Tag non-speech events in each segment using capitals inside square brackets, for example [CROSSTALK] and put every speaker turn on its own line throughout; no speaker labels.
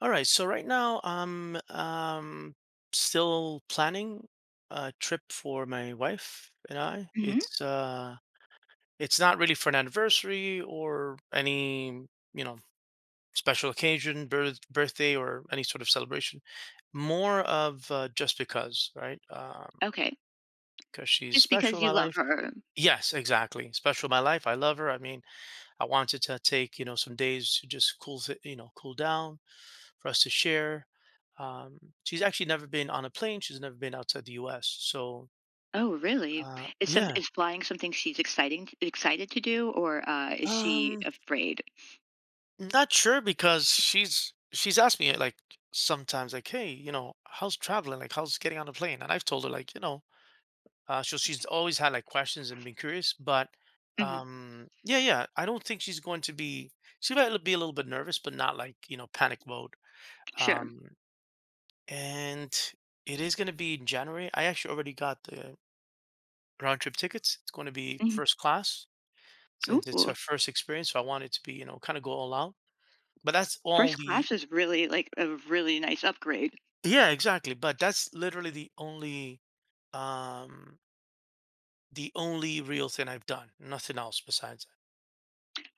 All right, so right now I'm still planning a trip for my wife and I.
Hmm.
It's not really for an anniversary or any, you know, special occasion, birthday, or any sort of celebration. More of just because, right? Um,
Okay.
because she's
Just
special
because
in my
you love
life.
her.
Yes, exactly. Special in my life. I love her. I mean, I wanted to take, some days to just cool down for us to share. Um, she's actually never been on a plane. She's never been outside the U.S. So
Oh, really? Is some
yeah.
is flying something she's exciting excited to do, or is she
um,
afraid?
Not sure, because she's asked me, like, sometimes, like, hey, how's traveling? Like, how's getting on a plane? And I've told her, like, so she's always had, like, questions and been curious, but
Hmm.
yeah, yeah, I don't think she's going to be. She might be a little bit nervous, but not, like, panic mode.
Sure.
Um, and it is going to be in January. I actually already got the round trip tickets. It's going to be
Hmm.
first class, since it's
Ooh,
her first experience. So I want it to be, kind of go all out. But that's all
first
the.
class is really like a really nice upgrade.
Yeah, exactly. But that's literally um the only real thing I've done. Nothing else besides that.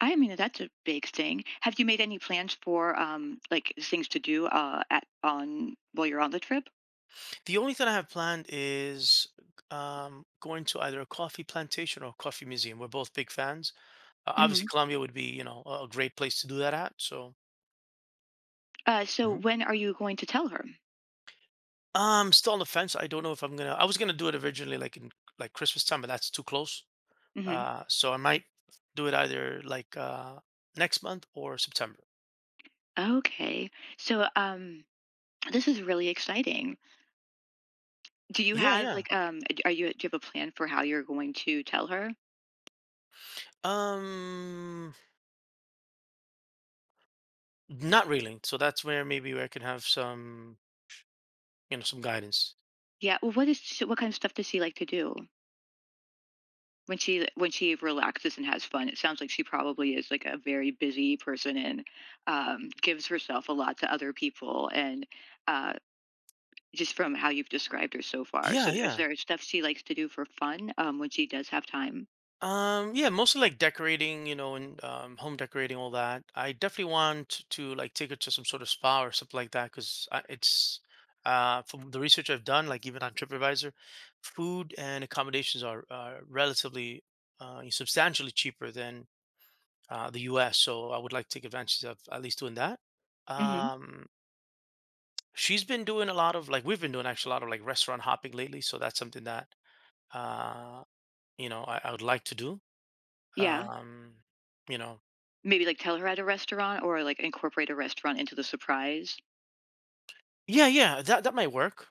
I mean, that's a big thing. Have you made any plans for like things to do at on while you're on the trip?
The only thing I have planned is going to either a coffee plantation or a coffee museum. We're both big fans. Obviously,
Hmm.
Colombia would be, a great place to do that at. So.
So when are you going to tell her?
Still on the fence. I don't know if I'm gonna. I was gonna do it originally, like in like Christmas time, but that's too close.
Hmm.
So I might do it either like next month or September.
Okay. So, this is really exciting. Do you
Yeah,
have
yeah.
like are you do you have a plan for how you're going to tell her?
Um, Not really. So that's where maybe I can have some guidance.
Yeah. Well, what kind of stuff does she like to do when she relaxes and has fun? It sounds like she probably is like a very busy person and gives herself a lot to other people. And uh, just from how you've described her so far, so
Yeah,
is
yeah.
there stuff she likes to do for fun when she does have time?
Yeah, mostly like decorating, and home decorating, all that. I definitely want to like take her to some sort of spa or something like that, because it's from the research I've done, like even on TripAdvisor, food and accommodations are relatively substantially cheaper than the U.S. So I would like to take advantage of at least doing that.
Hmm.
Um, she's been doing a lot of, like, we've been doing actually a lot of, like, restaurant hopping lately, so that's something that uh, I would like to do.
Yeah.
Um, you know
Maybe like tell her at a restaurant or like incorporate a restaurant into the surprise.
yeah, yeah, that might work.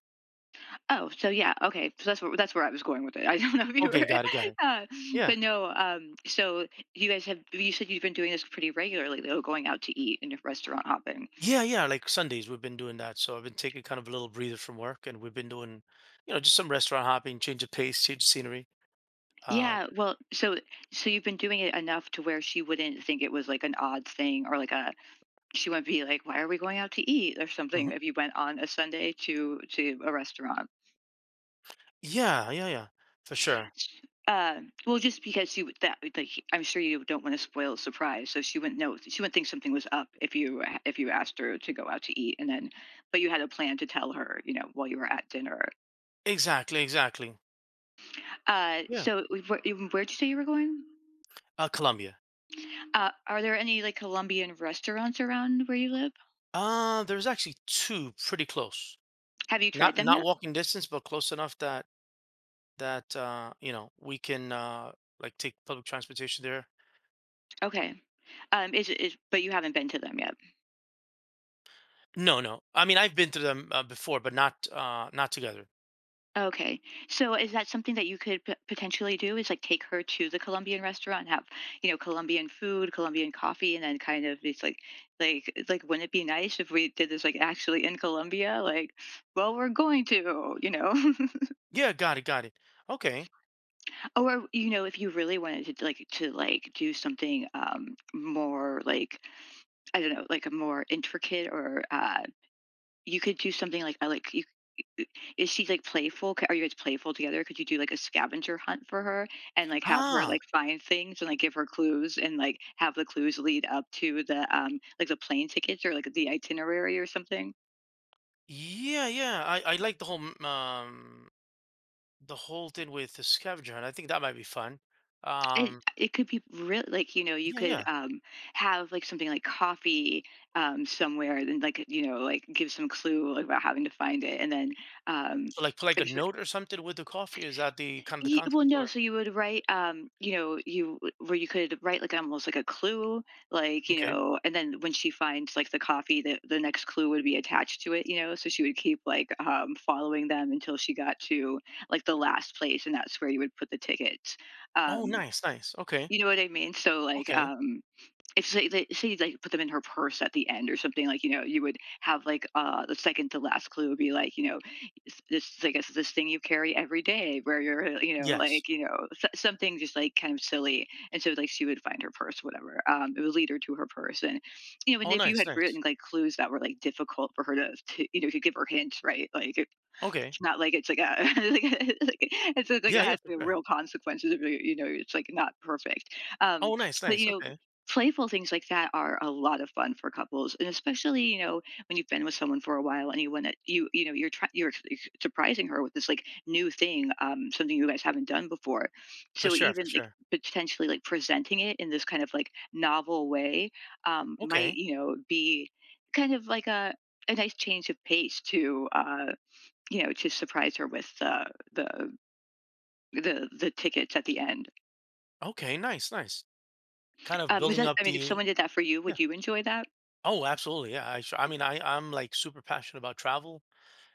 Oh, so yeah, okay. So that's where I was going with it. [LAUGHS] I don't know if you
Okay,
were,
got it, got it.
[LAUGHS] uh,
Yeah.
but no. So you guys, have you said you've been doing this pretty regularly, though, going out to eat and restaurant hopping.
Yeah, yeah, like Sundays, we've been doing that, so I've been taking kind of a little breather from work, and we've been doing, just some restaurant hopping, change of pace, change of scenery. Um,
Yeah, well, so you've been doing it enough to where she wouldn't think it was like an odd thing, or like a she wouldn't be like, why are we going out to eat or something,
mhm.
if you went on a Sunday to a restaurant.
Yeah, yeah, yeah, for sure.
Uh, well, just because she would, that like I'm sure you don't want to spoil a surprise, so she wouldn't know. She wouldn't think something was up if you asked her to go out to eat, and then but you had a plan to tell her, you know, while you were at dinner.
Exactly, exactly.
Uh,
Yeah.
so where'd you say you were going?
Colombia.
Are there any like Colombian restaurants around where you live?
There's actually 2 pretty close.
Have you tried
Not
them
not
yet?
walking distance, but close enough that, we can, like, take public transportation there.
Okay. Is but you haven't been to them yet.
No, no. I mean, I've been to them before, but not together.
Okay. So is that something that you could potentially do, is like take her to the Colombian restaurant and have, you know, Colombian food, Colombian coffee, and then kind of it's like wouldn't it be nice if we did this like actually in Colombia? Like, well, we're going to, you know.
Yeah, got it, got it. Okay.
[LAUGHS] Or you know, if you really wanted to like do something more like, I don't know, like a more intricate, or you could do something like, I like you is she, like, playful? Ca are you guys playful together? Could you do, like, a scavenger hunt for her and, like, have her, like,
Ah,
find things and, like, give her clues and, like, have the clues lead up to the, like, the plane tickets or, like, the itinerary or something?
yeah, yeah. I like the whole thing with the scavenger hunt. I think that might be fun.
It
Um,
it could be really like, you know, you
yeah,
could,
yeah.
have, like, something like coffee, somewhere and, like, you know, like, give some clue, like, about having to find it, and then, um
So, like, put like a note or something with the coffee. Is that the kind of the
Ye Well,
concept,
no,
or
so you would write, you know, you where you could write, like, almost like a clue, like, you
okay?
know, and then when she finds, like, the coffee, the next clue would be attached to it, you know, so she would keep, like, following them until she got to, like, the last place, and that's where you would put the tickets.
Oh,
Um,
nice, nice. Okay,
you know what I mean? So, like,
okay.
if say they say, like, put them in her purse at the end or something, like, you know, you would have, like, the second to last clue would be, like, you know, s this, I guess, this thing you carry every day where you're, you know,
Yes.
like, you know, so something just, like, kind of silly, and so, like, she would find her purse, whatever, it would lead her to her purse, and, you know, and
Oh,
if you
nice,
had
nice.
written, like, clues that were, like, difficult for her to, you know, to give her hints, right, like,
Okay.
it's not like, it's like a [LAUGHS] like like, it's like it
Yeah, yeah,
has to
for
be
sure.
real consequences, if you, you know, it's like not perfect.
Oh, nice,
But
nice.
you know,
Okay,
playful things like that are a lot of fun for couples, and especially, you know, when you've been with someone for a while and you want to, you know, you're try, you're ex- surprising her with this like new thing, something you guys haven't done before.
for
So
sure, for
even like
sure.
potentially like presenting it in this kind of like novel way, might,
Okay,
you know, be kind of like a nice change of pace too. You know, to surprise her with the the tickets at the end.
okay. Nice, nice. Kind of
Is
building
that
up
I mean, if
the.
someone did that for you,
Yeah.
would you enjoy that?
Oh, absolutely. Yeah. Sure. I mean, I'm like super passionate about travel,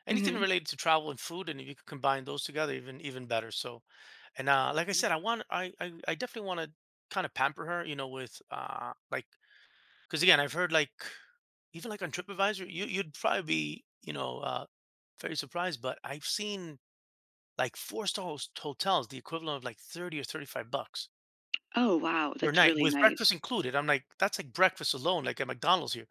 anything
Mhm.
related to travel and food. And if you could combine those together, even, even better. So, and, like I said, I definitely want to kind of pamper her, with, like, 'cause again, I've heard, like, even like on TripAdvisor, you'd probably be, very surprised, but I've seen like four-star hotels, the equivalent of like 30 or $35
Oh, wow,
per
that's
night
really
with
nice.
breakfast included. I'm like, that's like breakfast alone, like at McDonald's here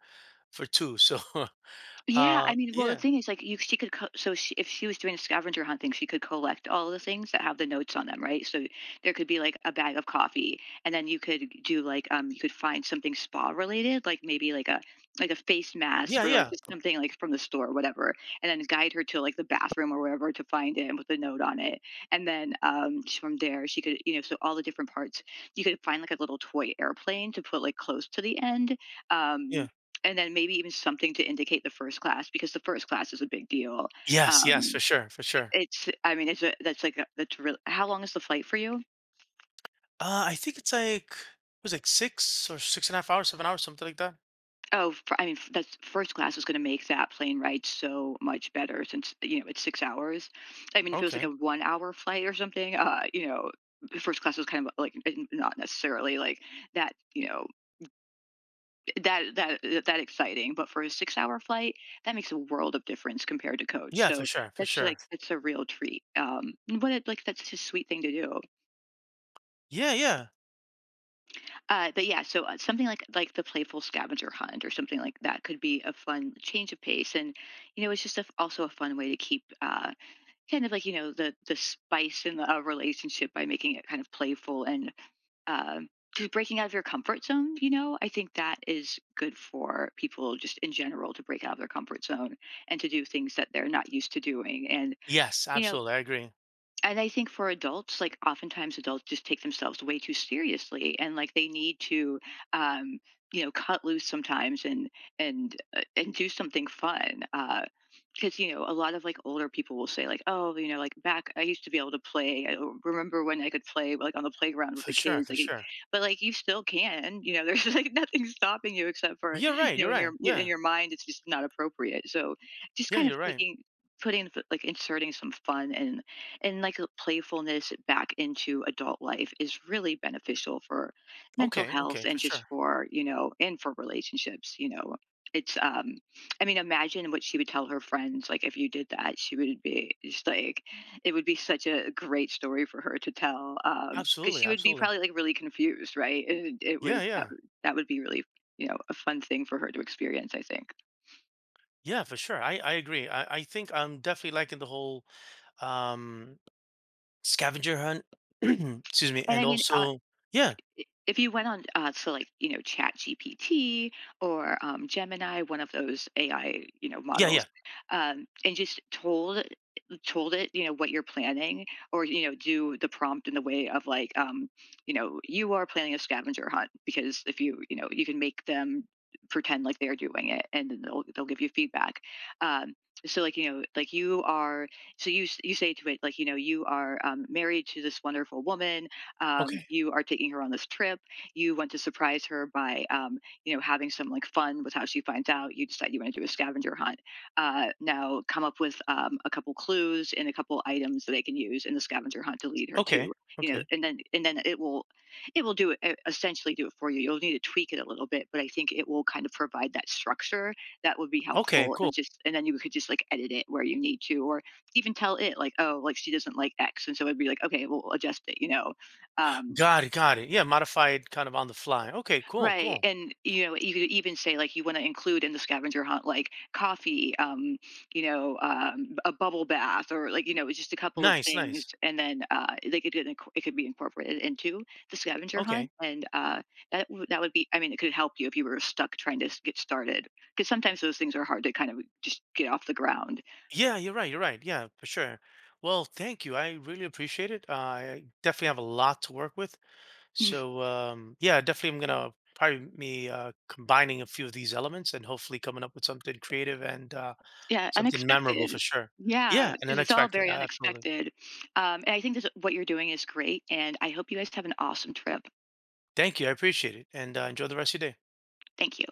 for two. So, [LAUGHS]
Yeah, I mean, well, the
yeah.
thing is, like, you she could co- so she, if she was doing a scavenger hunt thing, she could collect all the things that have the notes on them, right? So there could be like a bag of coffee, and then you could do like, you could find something spa related, like maybe like a face mask,
Yeah,
or like
yeah,
just something like from the store, or whatever, and then guide her to like the bathroom or wherever to find it and put the note on it, and then from there she could, you know, so all the different parts, you could find like a little toy airplane to put like close to the end, um
yeah.
and then maybe even something to indicate the first class, because the first class is a big deal.
Yes, yes, for
Um,
sure, for sure.
it's I mean, it's a that's like a, that's really how long is the flight for you?
I think it was like six or six and a half hours, 7 hours, something like that.
Oh, f I mean, f- that's first class is going to make that plane ride so much better, since you know it's 6 hours. I mean, if it was like a
Okay.
1 hour flight or something, you know, first class was kind of like, not necessarily like that, you know, that exciting, but for a 6-hour flight, that makes a world of difference compared to coach,
Yeah, for
so
sure, for
that's like,
sure.
that's a real treat, and what a, like, that's a sweet thing to do.
Yeah, yeah.
But yeah, so, something like the playful scavenger hunt or something like that could be a fun change of pace, and, you know, it's just a, f also a fun way to keep, kind of like, you know, the spice in a relationship by making it kind of playful and, um, just breaking out of your comfort zone. You know, I think that is good for people just in general, to break out of their comfort zone and to do things that they're not used to doing. And,
Yes,
you know,
absolutely. I agree.
and I think for adults, like oftentimes adults just take themselves way too seriously, and like they need to, um, you know, cut loose sometimes and and do something fun. Because you know a lot of like older people will say like, oh, you know, like, back I used to be able to play, I don't remember when I could play like on the playground with
For
the
sure,
kids,
for sure.
but like you still can, you know. [LAUGHS] There's like nothing stopping you, except for,
Well, you're right.
you know,
You're
in your
right.
in
Yeah,
your mind it's just not appropriate, so just
yeah.
kind of
You're right.
taking, putting like inserting some fun and like a playfulness back into adult life is really beneficial for mental
Okay,
health
okay,
and
for
just
sure.
for, you know, and for relationships, you know. It's, I mean, imagine what she would tell her friends, like if you did that, she would be just like, it would be such a great story for her to tell, because
Absolutely,
she would be
absolutely.
probably like really confused, right, it
Yeah,
would that,
yeah,
would that would be really, you know, a fun thing for her to experience, I think.
yeah, for sure. I agree. I think I'm definitely liking the whole um scavenger hunt. [CLEARS THROAT] Excuse me,
And
and
I mean,
also yeah,
if you went on, to like, you know, ChatGPT, or Gemini, one of those AI, you know,
yeah,
models,
yeah.
and just told it, you know, what you're planning, or, you know, do the prompt in the way of like, you know, you are planning a scavenger hunt, because if you, you know, you can make them pretend like they're doing it, and then they'll give you feedback um, so like, you know, like you are so you s- you say to it like, you know, you are, married to this wonderful woman,
Okay,
you are taking her on this trip, you want to surprise her by, you know, having some like fun with how she finds out. You decide you want to do a scavenger hunt. Now come up with, a couple clues and a couple items that they can use in the scavenger hunt to lead her to,
okay,
you know.
okay,
And then it will do it, essentially do it for you. You'll need to tweak it a little bit, but I think it will kind of provide that structure that would be
okay.
helpful.
Cool.
And just and then you could just like edit it where you need to, or even tell it like, oh, like she doesn't like X, and so it'd be like, okay, we'll adjust it, you know. um,
Got it, got it. Yeah, modified kind of on the fly. Okay, cool,
right,
cool.
and you know, you could even say like you want to include in the scavenger hunt like coffee, a bubble bath, or like, you know, just a couple of
Nice,
things,
nice.
and then, they could it could be incorporated into the scavenger hunt,
Okay.
and that would be, I mean, it could help you if you were stuck trying to, get started, because sometimes those things are hard to kind of just get off the ground.
Yeah, you're right, you're right. Yeah, for sure. Well, thank you. I really appreciate it. I definitely have a lot to work with. So, yeah, definitely I'm gonna probably me combining a few of these elements and hopefully coming up with something creative and
Yeah,
something memorable
unexpected. Yeah,
for sure.
yeah,
Yeah, and
'cause it's all
unexpected.
very
Absolutely.
unexpected. And I think, this what you're doing is great, and I hope you guys have an awesome trip.
Thank you. I appreciate it. And enjoy the rest of your day.
Thank you.